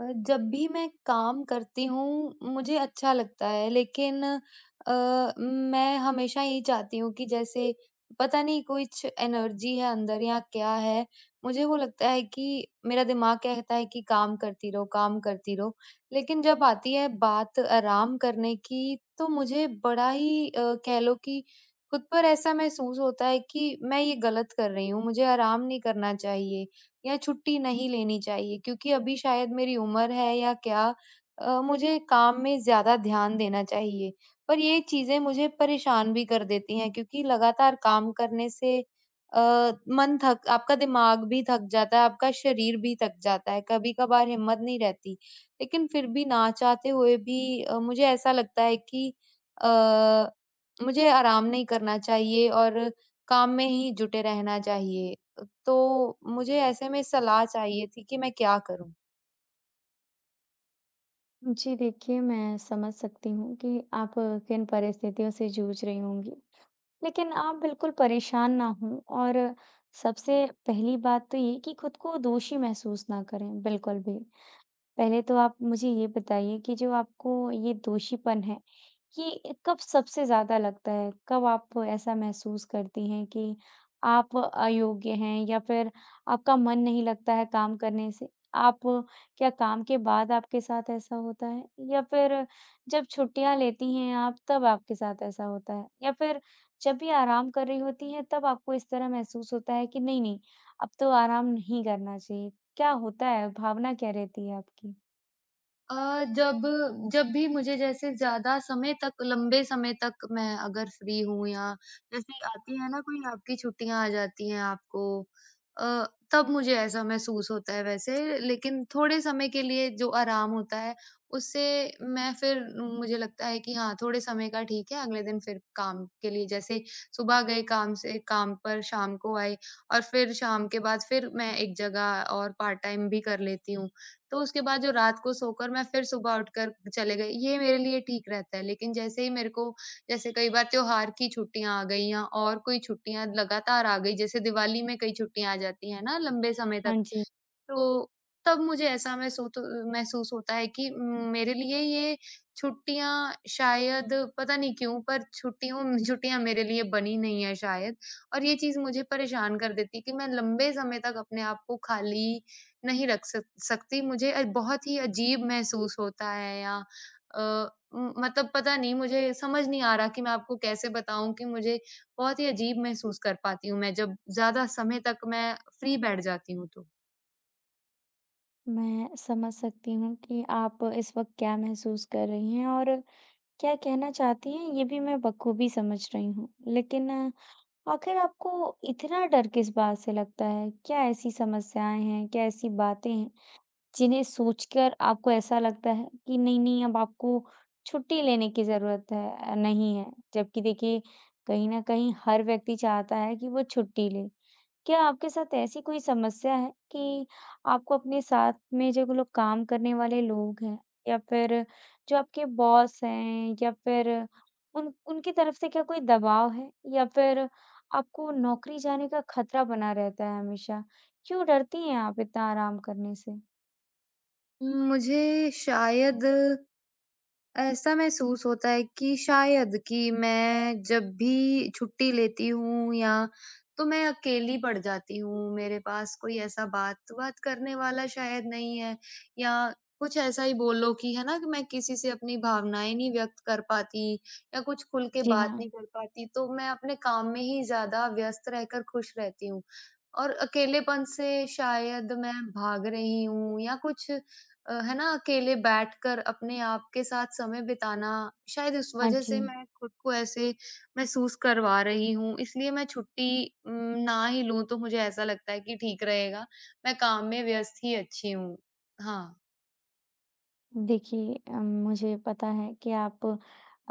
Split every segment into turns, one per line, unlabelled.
जब भी मैं काम करती हूँ, मुझे अच्छा लगता है, लेकिन मैं हमेशा यही चाहती हूँ कि, जैसे, पता नहीं, कुछ एनर्जी है अंदर, या क्या है। मुझे वो लगता है कि मेरा दिमाग कहता है कि काम करती रहो, काम करती रहो। लेकिन जब आती है बात आराम करने की, तो मुझे बड़ा ही कह लो कि खुद पर ऐसा महसूस होता है कि मैं ये गलत कर रही हूँ, मुझे आराम नहीं करना चाहिए। या छुट्टी नहीं लेनी चाहिए, क्योंकि अभी शायद मेरी उम्र है, या क्या, मुझे काम में ज़्यादा ध्यान देना चाहिए। पर ये चीज़ें मुझे परेशान भी कर देती हैं, क्योंकि लगातार काम करने से अ, मन थक आपका दिमाग भी थक जाता है, आपका शरीर भी थक जाता है, कभी-कभार हिम्मत नहीं रहती। लेकिन फिर भी, ना चाहते हुए भी, मुझे ऐसा लगता है कि अ, मुझे आराम नहीं करना चाहिए और काम में ही जुटे रहना चाहिए। तो मुझे ऐसे में सलाह चाहिए थी कि मैं क्या करूँ?
जी देखिए, मैं समझ सकती हूँ कि आप किन परिस्थितियों से जूझ रही होंगी। लेकिन आप बिल्कुल परेशान ना हों और सबसे पहली बात तो ये कि खुद को दोषी महसूस ना करें, बिल्कुल भी। पहले तो आप मुझे ये बताइए कि जो आपको ये दोषीपन है, ये कब सबसे ज़्यादा लगता है? कब आप ऐसा महसूस करती हैं कि आप अयोग्य हैं या फिर आपका मन नहीं लगता है काम करने से? आप क्या काम के बाद आपके साथ ऐसा होता है? या फिर जब छुट्टियाँ लेती हैं आप तब आपके साथ ऐसा होता है? या फिर जब भी आराम कर रही होती हैं तब आपको इस तरह महसूस होता है कि नहीं, नहीं, अब तो आराम नहीं करना चाहिए? क्या होता है? भावना क्या रहती है आपकी?
जब जब भी मुझे, जैसे, ज़्यादा समय तक, लंबे समय तक मैं अगर फ्री हूँ, या जैसे आती है ना कोई, आपकी छुट्टियाँ आ जाती हैं आपको, अ, तब मुझे ऐसा महसूस होता है वैसे। लेकिन थोड़े समय के लिए जो आराम होता है उससे, मैं, फिर मुझे लगता है कि हाँ, थोड़े समय का ठीक है। अगले दिन फिर काम के लिए, जैसे सुबह गए काम से, काम पर शाम को आए, और फिर शाम के बाद फिर मैं एक जगह और पार्ट टाइम भी कर लेती हूँ। तो उसके बाद जो रात को सोकर मैं फिर सुबह उठकर चले गए, ये मेरे लिए ठीक रहता है। लेकिन जैसे ही मेरे को, जैसे कई बार त्योहार की छुट्टियाँ आ गई, या और कोई छुट्टियाँ लगातार आ गई, जैसे दिवाली में कई छुट्टियाँ आ जाती हैं ना, लंबे समय तक।
हाँ जी।
तो तब मुझे ऐसा महसूत महसूस होता है कि, मेरे लिए ये छुट्टियाँ, शायद, पता नहीं क्यों, पर छुट्टियों छुट्टियाँ मेरे लिए बनी नहीं है शायद, और ये चीज़ मुझे परेशान कर देती है कि मैं लंबे समय तक अपने आप को खाली नहीं रख सक सकती। मुझे बहुत ही अजीब महसूस होता है, या अ, मतलब, पता नहीं, मुझे समझ नहीं आ रहा कि मैं आपको कैसे बताऊँ कि मुझे बहुत ही अजीब महसूस कर पाती हूँ मैं, जब ज़्यादा समय तक मैं फ्री बैठ जाती हूँ तो।
मैं समझ सकती हूँ कि आप इस वक़्त क्या महसूस कर रही हैं और क्या कहना चाहती हैं, ये भी मैं बखूबी समझ रही हूँ। लेकिन आखिर आपको इतना डर किस बात से लगता है? क्या ऐसी समस्याएँ हैं, क्या ऐसी बातें हैं, जिन्हें सोचकर आपको ऐसा लगता है कि नहीं-नहीं अब आपको छुट्टी लेने की ज़रूरत नहीं है? जबकि देखिए, कहीं न कहीं हर व्यक्ति चाहता है कि वो छुट्टी ले। क्या आपके साथ ऐसी कोई समस्या है कि आपको अपने साथ में जो लोग काम करने वाले लोग हैं या फिर जो आपके बॉस हैं या फिर उन उनकी तरफ से क्या कोई दबाव है या फिर आपको नौकरी जाने का खतरा बना रहता है हमेशा? क्यों डरती हैं आप इतना आराम करने से?
मुझे शायद ऐसा महसूस होता है कि, शायद, कि मैं जब भी छुट्टी लेती हूँ, या तो मैं अकेली पड़ जाती हूँ। मेरे पास कोई ऐसा बात-वात करने वाला शायद नहीं है, या कुछ ऐसा ही बोलो कि, है ना, कि मैं किसी से अपनी भावनाएँ नहीं व्यक्त कर पाती, या कुछ खुल के
जी
बात नहीं
हाँ।
कर पाती, तो मैं अपने काम में ही ज़्यादा व्यस्त रहकर खुश रहती हूँ। और अकेलेपन से शायद मैं भाग रही हूँ, या कुछ, है ना, अकेले बैठकर अपने आप के साथ समय बिताना, शायद उस
हाँ
वज़ह
जी।
से मैं खुद को ऐसे महसूस करवा रही हूँ, इसलिए मैं छुट्टी उम, ना ही लूँ तो मुझे ऐसा लगता है कि ठीक रहेगा। मैं काम में व्यस्त ही अच्छी हूँ। हाँ।
देखिए मुझे पता है कि आप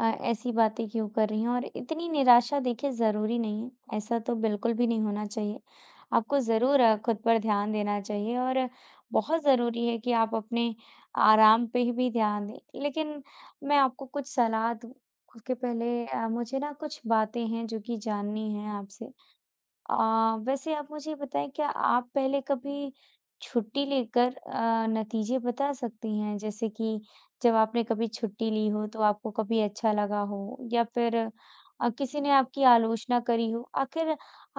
ऐसी बातें क्यों कर रही हैं और इतनी निराशा देखिए ज़रूरी नहीं है। ऐसा तो बिल्कुल भी नहीं होना चाहिए। आपको ज़रूर खुद पर ध्यान देना चाहिए और बहुत ज़रूरी है कि आप अपने आराम पे ही भी ध्यान दें। लेकिन मैं आपको कुछ सलाह दूँ उसके पहले मुझे ना कुछ बातें हैं जो कि जाननी है आपसे। वैसे आप मुझे ये बताएँ क्या आप पहले कभी छुट्टी लेकर नतीजे बता सकती हैं? जैसे कि जब आपने कभी छुट्टी ली हो तो आपको कभी अच्छा लगा हो या फिर किसी ने आपकी आलोचना करी हो। आखिर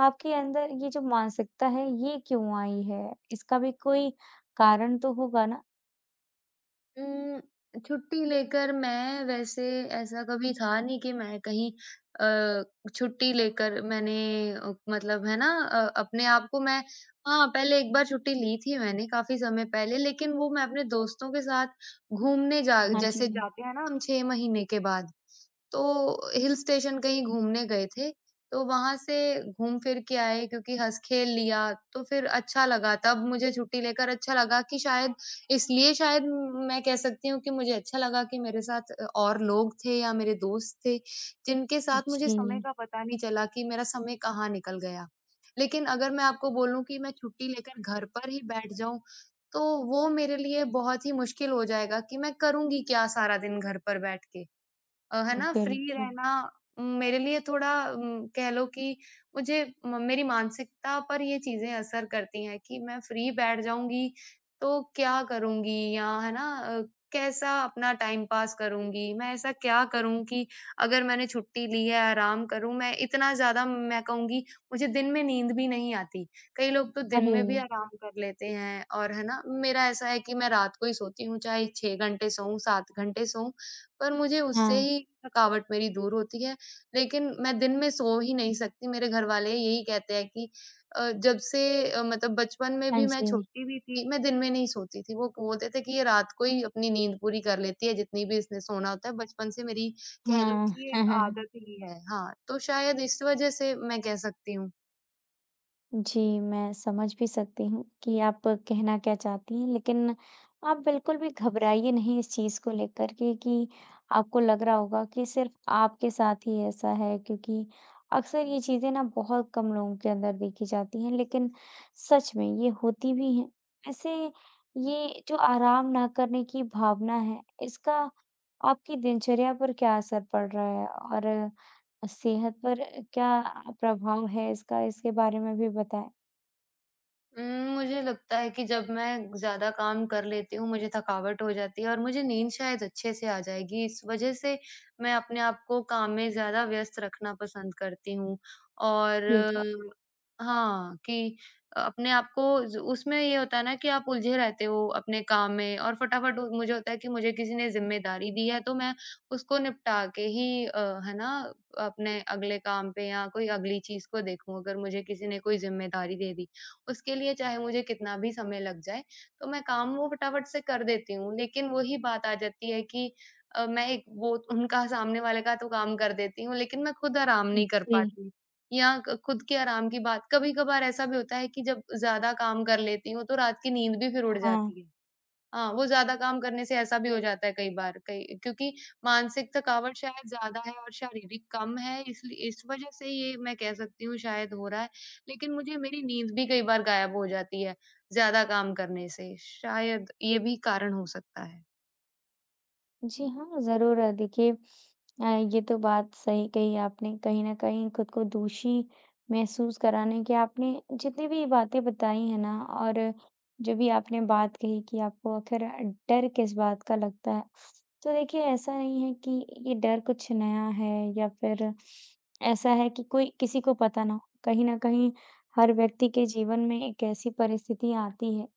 आपके अंदर ये जो मानसिकता है ये क्यों आई है? इसका भी कोई कारण तो होगा ना?
उम, छुट्टी लेकर मैं, वैसे, ऐसा कभी था नहीं कि मैं कहीं अ, छुट्टी लेकर मैंने मतलब, है ना, अपने आप को मैं, हाँ, पहले एक बार छुट्टी ली थी मैंने, काफ़ी समय पहले, लेकिन वो मैं अपने दोस्तों के साथ घूमने जा
हाँ
जैसे
जी।
जाते हैं ना हम, 6 महीने के बाद, तो हिल स्टेशन कहीं घूमने गए थे, तो वहाँ से घूम फिर के आए, क्योंकि हँस-खेल लिया, तो फिर अच्छा लगा, तब मुझे छुट्टी लेकर अच्छा लगा कि, शायद इसलिए, शायद, मैं कह सकती हूँ कि मुझे अच्छा लगा कि मेरे साथ और लोग थे, या मेरे दोस्त थे, जिनके साथ मुझे समय
जी,
का पता नहीं चला कि मेरा समय कहाँ निकल गया। लेकिन अगर मैं आपको बोलूँ कि मैं छुट्टी लेकर घर पर ही बैठ जाऊँ, तो वो मेरे लिए बहुत ही मुश्किल हो जाएगा कि मैं करूँगी क्या सारा दिन घर पर बैठ के। है ना, फ्री
बिल्कुल।
रहना मेरे लिए थोड़ा, कह लो कि, मुझे, म मेरी मानसिकता पर ये चीज़ें असर करती हैं कि मैं फ्री बैठ जाऊँगी, तो क्या करूँगी, या, है ना, कैसा अपना टाइम पास करूँगी? मैं ऐसा क्या करूँ कि अगर मैंने छुट्टी ली है, आराम करूँ? मैं इतना ज़्यादा, मैं कहूँगी, मुझे दिन में नींद भी नहीं आती। कई लोग तो दिन
अरे!
में भी आराम कर लेते हैं, और, है ना, मेरा ऐसा है कि मैं रात को ही सोती हूँ, चाहे 6 घंटे सोऊँ, 7 घंटे सोऊँ, पर मुझे उससे
हाँ।
ही थकावट मेरी दूर होती है, लेकिन मैं दिन में सो ही नहीं सकती। मेरे घरवाले यही कहते हैं कि, जब से, मतलब, बचपन में
हाँ
भी, मैं
जी।
छोटी भी थी, मैं दिन में नहीं सोती थी। वो बोलते थे कि ये रात को ही अपनी नींद पूरी कर लेती है, जितनी भी इसने सोना होता है। बचपन से मेरी, कह लो
हाँ।
कि, एक आदत ही है। हाँ, तो शायद इस वजह से मैं कह सकती हूँ।
जी, मैं समझ भी सकती हूँ कि आप कहना क्या चाहती हैं, लेकिन आप बिल्कुल भी घबराइए नहीं इस चीज़ को लेकर के कि आपको लग रहा होगा कि सिर्फ़ आपके साथ ही ऐसा है क्योंकि अक्सर ये चीज़ें ना बहुत कम लोगों के अंदर देखी जाती हैं, लेकिन सच में ये होती भी हैं। ऐसे ये जो आराम ना करने की भावना है, इसका आपकी दिनचर्या पर क्या असर पड़ रहा है और सेहत पर क्या प्रभाव है इसका, इसके बारे में भी बताएँ?
उम, मुझे लगता है कि जब मैं ज़्यादा काम कर लेती हूँ, मुझे थकावट हो जाती है, और मुझे नींद शायद अच्छे से आ जाएगी। इस वजह से मैं अपने आप को काम में ज़्यादा व्यस्त रखना पसंद करती हूँ, और,
ठीक है।
हाँ, कि अपने आप को, ज उसमें ये होता है ना कि आप उलझे रहते हो अपने काम में, और फटाफट, मुझे होता है कि मुझे किसी ने ज़िम्मेदारी दी है, तो मैं उसको निपटा के ही, है ना, अपने अगले काम पे या कोई अगली चीज़ को देखूँ। अगर मुझे किसी ने कोई ज़िम्मेदारी दे दी, उसके लिए चाहे मुझे कितना भी समय लग जाए, तो मैं काम वो फटाफट से कर देती हूँ। लेकिन वही बात आ जाती है कि मैं एक वो उनका, सामने वाले का, तो काम कर देती हूँ, लेकिन मैं खुद आराम नहीं कर
जी,
पाती, या क खुद के आराम की बात, कभी-कभार ऐसा भी होता है कि जब ज़्यादा काम कर लेती हूँ, तो रात की नींद भी फिर उड़
हाँ।
जाती है। हाँ, वो ज़्यादा काम करने से ऐसा भी हो जाता है कई बार, कई क्योंकि मानसिक थकावट शायद ज़्यादा है और शारीरिक कम है, इसलिए इस वज़ह से ये मैं कह सकती हूँ शायद हो रहा है। लेकिन मुझे, मेरी नींद भी कई बार गायब हो जाती है, ज़्यादा काम करने से, शायद ये भी कारण हो सकता है।
जी हाँ, ज़रूर देखिए अ, ये तो बात सही कही आपने, कहीं न कहीं खुद को दोषी महसूस कराने की आपने जितनी भी बातें बताई हैं ना और जो भी आपने बात कही कि आपको आखिर डर किस बात का लगता है, तो देखिए ऐसा नहीं है कि ये डर कुछ नया है या फिर ऐसा है कि कोई किसी को पता ना हो। कहीं न कहीं हर व्यक्ति के जीवन में एक ऐसी परिस्थिति आती है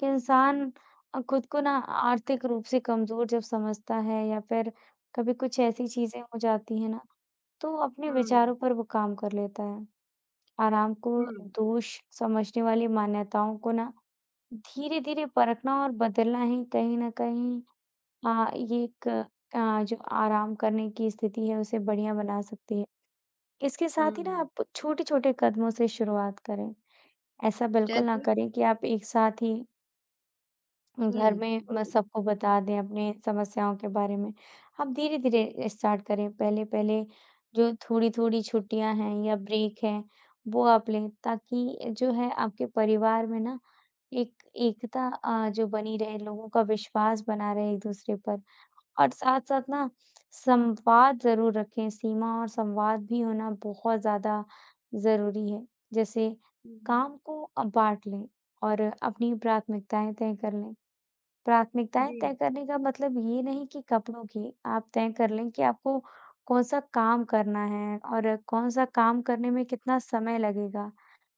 कि इंसान खुद को ना आर्थिक रूप से कमज़ोर जब समझता है या फिर कभी कुछ ऐसी चीज़ें हो जाती हैं ना, तो वो अपने
हुँ।
विचारों पर वो काम कर लेता है। आराम को
हुँ।
दोष समझने वाली मान्यताओं को ना धीरे-धीरे परखना और बदलना ही कहीं न कहीं जो आराम करने की स्थिति है, उसे बढ़िया बना सकती है। इसके साथ ही ना
हुँ।
आप छोटे-छोटे कदमों से शुरुआत करें। ऐसा
जी।
बिल्कुल ना
जैसे।
करें कि आप एक साथ ही
हुँ।
घर में म
बिल
सबको
हुँ।
बता दें अपनी समस्याओं के बारे में। आप धीरे-धीरे स्टार्ट करें, पहले-पहले जो थोड़ी-थोड़ी छुट्टियाँ हैं या ब्रेक है, वो आप लें ताकि जो है आपके परिवार में ना एक एकता जो बनी रहे, लोगों का विश्वास बना रहे एक-दूसरे पर। और साथ-साथ ना संवाद ज़रूर रखें, सीमा और संवाद भी होना बहुत ज़्यादा ज़रूरी है। जैसे
हुँ। हुँ।
काम को बाँट लें और अपनी प्राथमिकताएँ तय कर लें। प्राथमिकताएँ तय
जी।
करने का मतलब ये नहीं कि कपड़ों की, आप तय कर लें कि आपको कौन-सा काम करना है और कौन-सा काम करने में कितना समय लगेगा,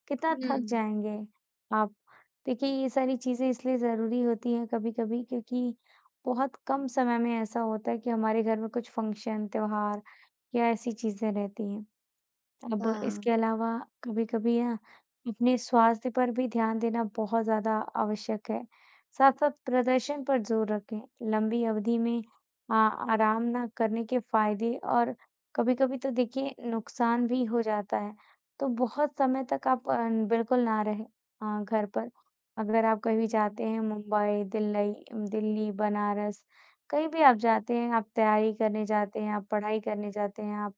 कितना
हुँ।
थक
हुँ।
जाएँगे आप। देखिए, ये सारी चीज़ें इसलिए ज़रूरी होती हैं कभी-कभी क्योंकि बहुत कम समय में ऐसा होता है कि हमारे घर में कुछ फंक्शन, त्योहार या ऐसी चीज़ें रहती हैं। अब
हाँ।
इसके अलावा कभी-कभी ना अपने स्वास्थ्य पर भी ध्यान देना बहुत ज़्यादा आवश्यक है। साथ-साथ प्रदर्शन पर ज़ोर रखें। लंबी अवधि में आराम ना करने के फ़ायदे और कभी-कभी तो देखिए नुकसान भी हो जाता है। तो बहुत समय तक आप बिल्कुल ना रहें घर पर। अगर आप कहीं
हुँ।
जाते हैं मुंबई, दिल्लई दिल्ली, बनारस, कहीं भी आप जाते हैं, आप तैयारी करने जाते हैं, आप पढ़ाई करने जाते हैं, आप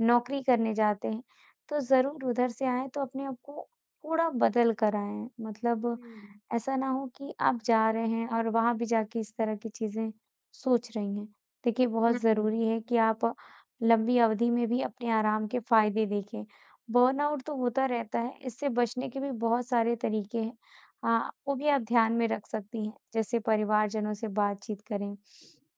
नौकरी करने जाते हैं, तो ज़रूर उधर से आएँ तो अपने आप को थोड़ा बदल कर आएँ। मतलब
हुँ। हुँ।
ऐसा ना हो कि आप जा रहे हैं और वहाँ भी जाके इस तरह की चीज़ें सोच रही हैं। देखिए, बहुत
हुँ।
ज़रूरी है कि आप लंबी अवधि में भी अपने आराम के फ़ायदे देखें। बर्नआउट तो होता रहता है, इससे बचने के भी बहुत सारे तरीके हैं। हाँ, वो भी आप ध्यान में रख सकती हैं, जैसे परिवारजनों से बातचीत करें,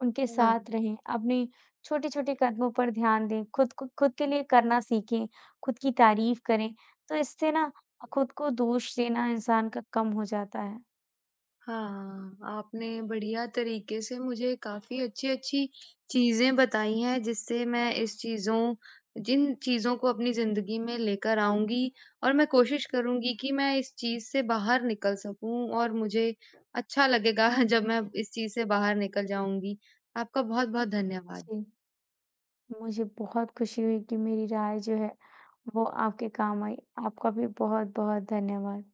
उनके
हाँ।
साथ रहें, अपने छोटे-छोटे कदमों पर ध्यान दें, खुद को खुद के लिए करना सीखें, खुद की तारीफ़ करें। तो इससे ना खुद को दोष देना इंसान का कम हो जाता है।
हाँ, आपने बढ़िया तरीके से मुझे काफ़ी अच्छी-अच्छी चीज़ें बताई हैं, जिससे मैं, इस चीज़ों जिन चीज़ों को अपनी ज़िंदगी में लेकर आऊँगी, और मैं कोशिश करूँगी कि मैं इस चीज़ से बाहर निकल सकूँ, और मुझे अच्छा लगेगा जब मैं इस चीज़ से बाहर निकल जाऊँगी। आपका बहुत-बहुत धन्यवाद।
जी, मुझे बहुत खुशी हुई कि मेरी राय जो है वो आपके काम आई। आपका भी बहुत-बहुत धन्यवाद।